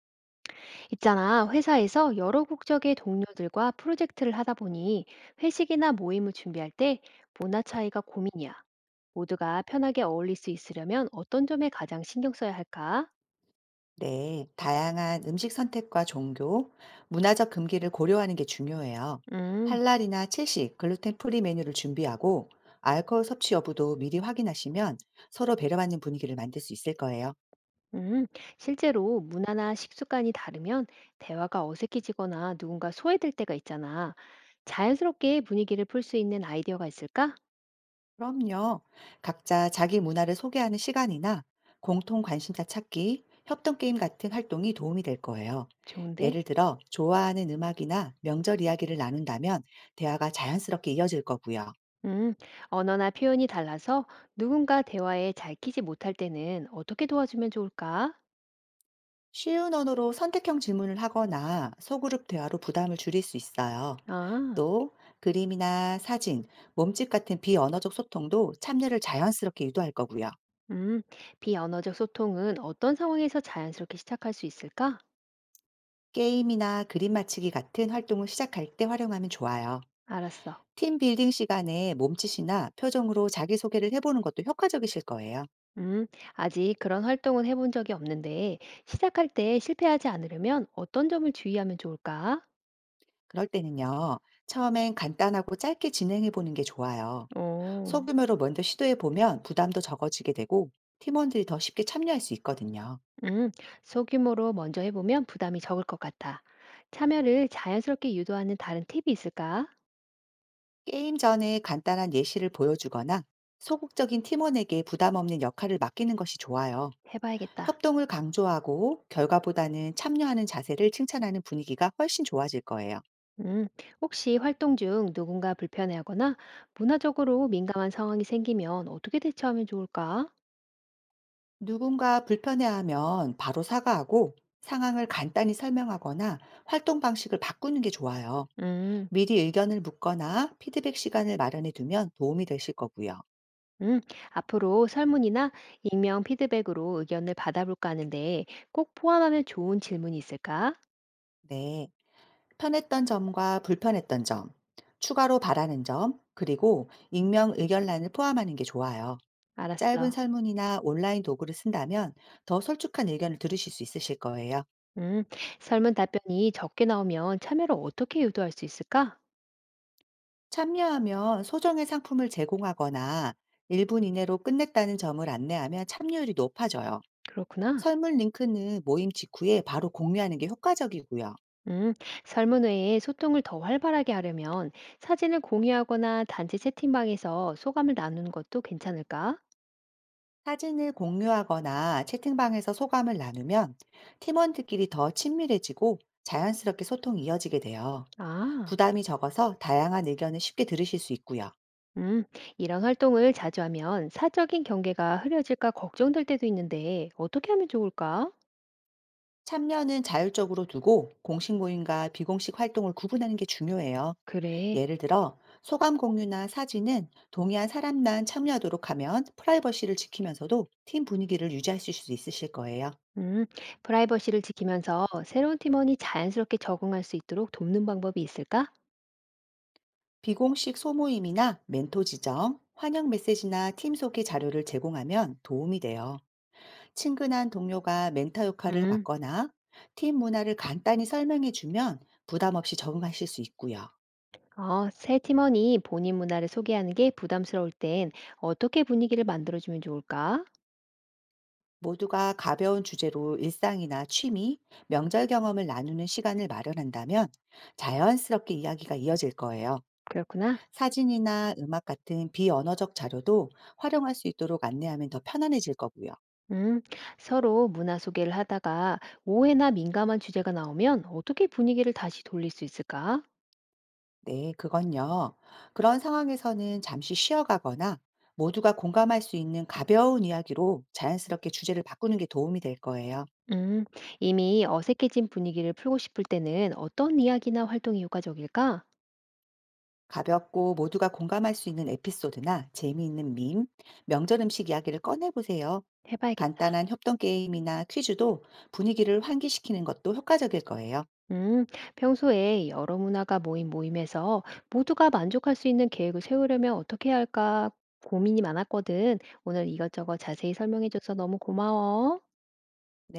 있잖아, 회사에서 여러 국적의 동료들과 프로젝트를 하다 보니 회식이나 모임을 준비할 때 문화 차이가 고민이야. 모두가 편하게 어울릴 수 있으려면 어떤 점에 가장 신경 써야 할까? 네, 다양한 음식 선택과 종교, 문화적 금기를 고려하는 게 중요해요. 음, 할랄이나 채식, 글루텐 프리 메뉴를 준비하고 알코올 섭취 여부도 미리 확인하시면 서로 배려받는 분위기를 만들 수 있을 거예요. 음. 실제로 문화나 식습관이 다르면 대화가 어색해지거나 누군가 소외될 때가 있잖아. 자연스럽게 분위기를 풀 수 있는 아이디어가 있을까? 그럼요. 각자 자기 문화를 소개하는 시간이나 공통 관심사 찾기, 협동 게임 같은 활동이 도움이 될 거예요. 좋은데? 예를 들어, 좋아하는 음악이나 명절 이야기를 나눈다면 대화가 자연스럽게 이어질 거고요. 음, 언어나 표현이 달라서 누군가 대화에 잘 끼지 못할 때는 어떻게 도와주면 좋을까? 쉬운 언어로 선택형 질문을 하거나 소그룹 대화로 부담을 줄일 수 있어요. 아. 또 그림이나 사진, 몸짓 같은 비언어적 소통도 참여를 자연스럽게 유도할 거고요. 음, 비언어적 소통은 어떤 상황에서 자연스럽게 시작할 수 있을까? 게임이나 그림 맞히기 같은 활동을 시작할 때 활용하면 좋아요. 알았어. 팀 빌딩 시간에 몸짓이나 표정으로 자기소개를 해보는 것도 효과적이실 거예요. 음, 아직 그런 활동은 해본 적이 없는데, 시작할 때 실패하지 않으려면 어떤 점을 주의하면 좋을까? 그럴 때는요, 처음엔 간단하고 짧게 진행해보는 게 좋아요. 오. 소규모로 먼저 시도해보면 부담도 적어지게 되고 팀원들이 더 쉽게 참여할 수 있거든요. 음, 소규모로 먼저 해보면 부담이 적을 것 같아. 참여를 자연스럽게 유도하는 다른 팁이 있을까? 게임 전에 간단한 예시를 보여주거나 소극적인 팀원에게 부담 없는 역할을 맡기는 것이 좋아요. 해봐야겠다. 협동을 강조하고 결과보다는 참여하는 자세를 칭찬하는 분위기가 훨씬 좋아질 거예요. 음, 혹시 활동 중 누군가 불편해하거나 문화적으로 민감한 상황이 생기면 어떻게 대처하면 좋을까? 누군가 불편해하면 바로 사과하고 상황을 간단히 설명하거나 활동 방식을 바꾸는 게 좋아요. 음. 미리 의견을 묻거나 피드백 시간을 마련해 두면 도움이 되실 거고요. 음, 앞으로 설문이나 익명 피드백으로 의견을 받아볼까 하는데 꼭 포함하면 좋은 질문이 있을까? 네. 편했던 점과 불편했던 점, 추가로 바라는 점, 그리고 익명 의견란을 포함하는 게 좋아요. 짧은 알았어. 설문이나 온라인 도구를 쓴다면 더 솔직한 의견을 들으실 수 있으실 거예요. 음, 설문 답변이 적게 나오면 참여를 어떻게 유도할 수 있을까? 참여하면 소정의 상품을 제공하거나 1분 이내로 끝냈다는 점을 안내하면 참여율이 높아져요. 그렇구나. 설문 링크는 모임 직후에 바로 공유하는 게 효과적이고요. 음, 설문 외에 소통을 더 활발하게 하려면 사진을 공유하거나 단체 채팅방에서 소감을 나누는 것도 괜찮을까? 사진을 공유하거나 채팅방에서 소감을 나누면 팀원들끼리 더 친밀해지고 자연스럽게 소통이 이어지게 돼요. 아. 부담이 적어서 다양한 의견을 쉽게 들으실 수 있고요. 음, 이런 활동을 자주 하면 사적인 경계가 흐려질까 걱정될 때도 있는데 어떻게 하면 좋을까? 참여는 자율적으로 두고 공식 모임과 비공식 활동을 구분하는 게 중요해요. 그래. 예를 들어 소감 공유나 사진은 동의한 사람만 참여하도록 하면 프라이버시를 지키면서도 팀 분위기를 유지하실 수 있으실 거예요. 음, 프라이버시를 지키면서 새로운 팀원이 자연스럽게 적응할 수 있도록 돕는 방법이 있을까? 비공식 소모임이나 멘토 지정, 환영 메시지나 팀 소개 자료를 제공하면 도움이 돼요. 친근한 동료가 멘터 역할을 음, 맡거나 팀 문화를 간단히 설명해 주면 부담 없이 적응하실 수 있고요. 새 팀원이 본인 문화를 소개하는 게 부담스러울 땐 어떻게 분위기를 만들어주면 좋을까? 모두가 가벼운 주제로 일상이나 취미, 명절 경험을 나누는 시간을 마련한다면 자연스럽게 이야기가 이어질 거예요. 그렇구나. 사진이나 음악 같은 비언어적 자료도 활용할 수 있도록 안내하면 더 편안해질 거고요. 음, 서로 문화 소개를 하다가 오해나 민감한 주제가 나오면 어떻게 분위기를 다시 돌릴 수 있을까? 네, 그건요. 그런 상황에서는 잠시 쉬어가거나 모두가 공감할 수 있는 가벼운 이야기로 자연스럽게 주제를 바꾸는 게 도움이 될 거예요. 음, 이미 어색해진 분위기를 풀고 싶을 때는 어떤 이야기나 활동이 효과적일까? 가볍고 모두가 공감할 수 있는 에피소드나 재미있는 밈, 명절 음식 이야기를 꺼내보세요. 해봐야겠다. 간단한 협동 게임이나 퀴즈도 분위기를 환기시키는 것도 효과적일 거예요. 음, 평소에 여러 문화가 모인 모임에서 모두가 만족할 수 있는 계획을 세우려면 어떻게 해야 할까 고민이 많았거든. 오늘 이것저것 자세히 설명해줘서 너무 고마워.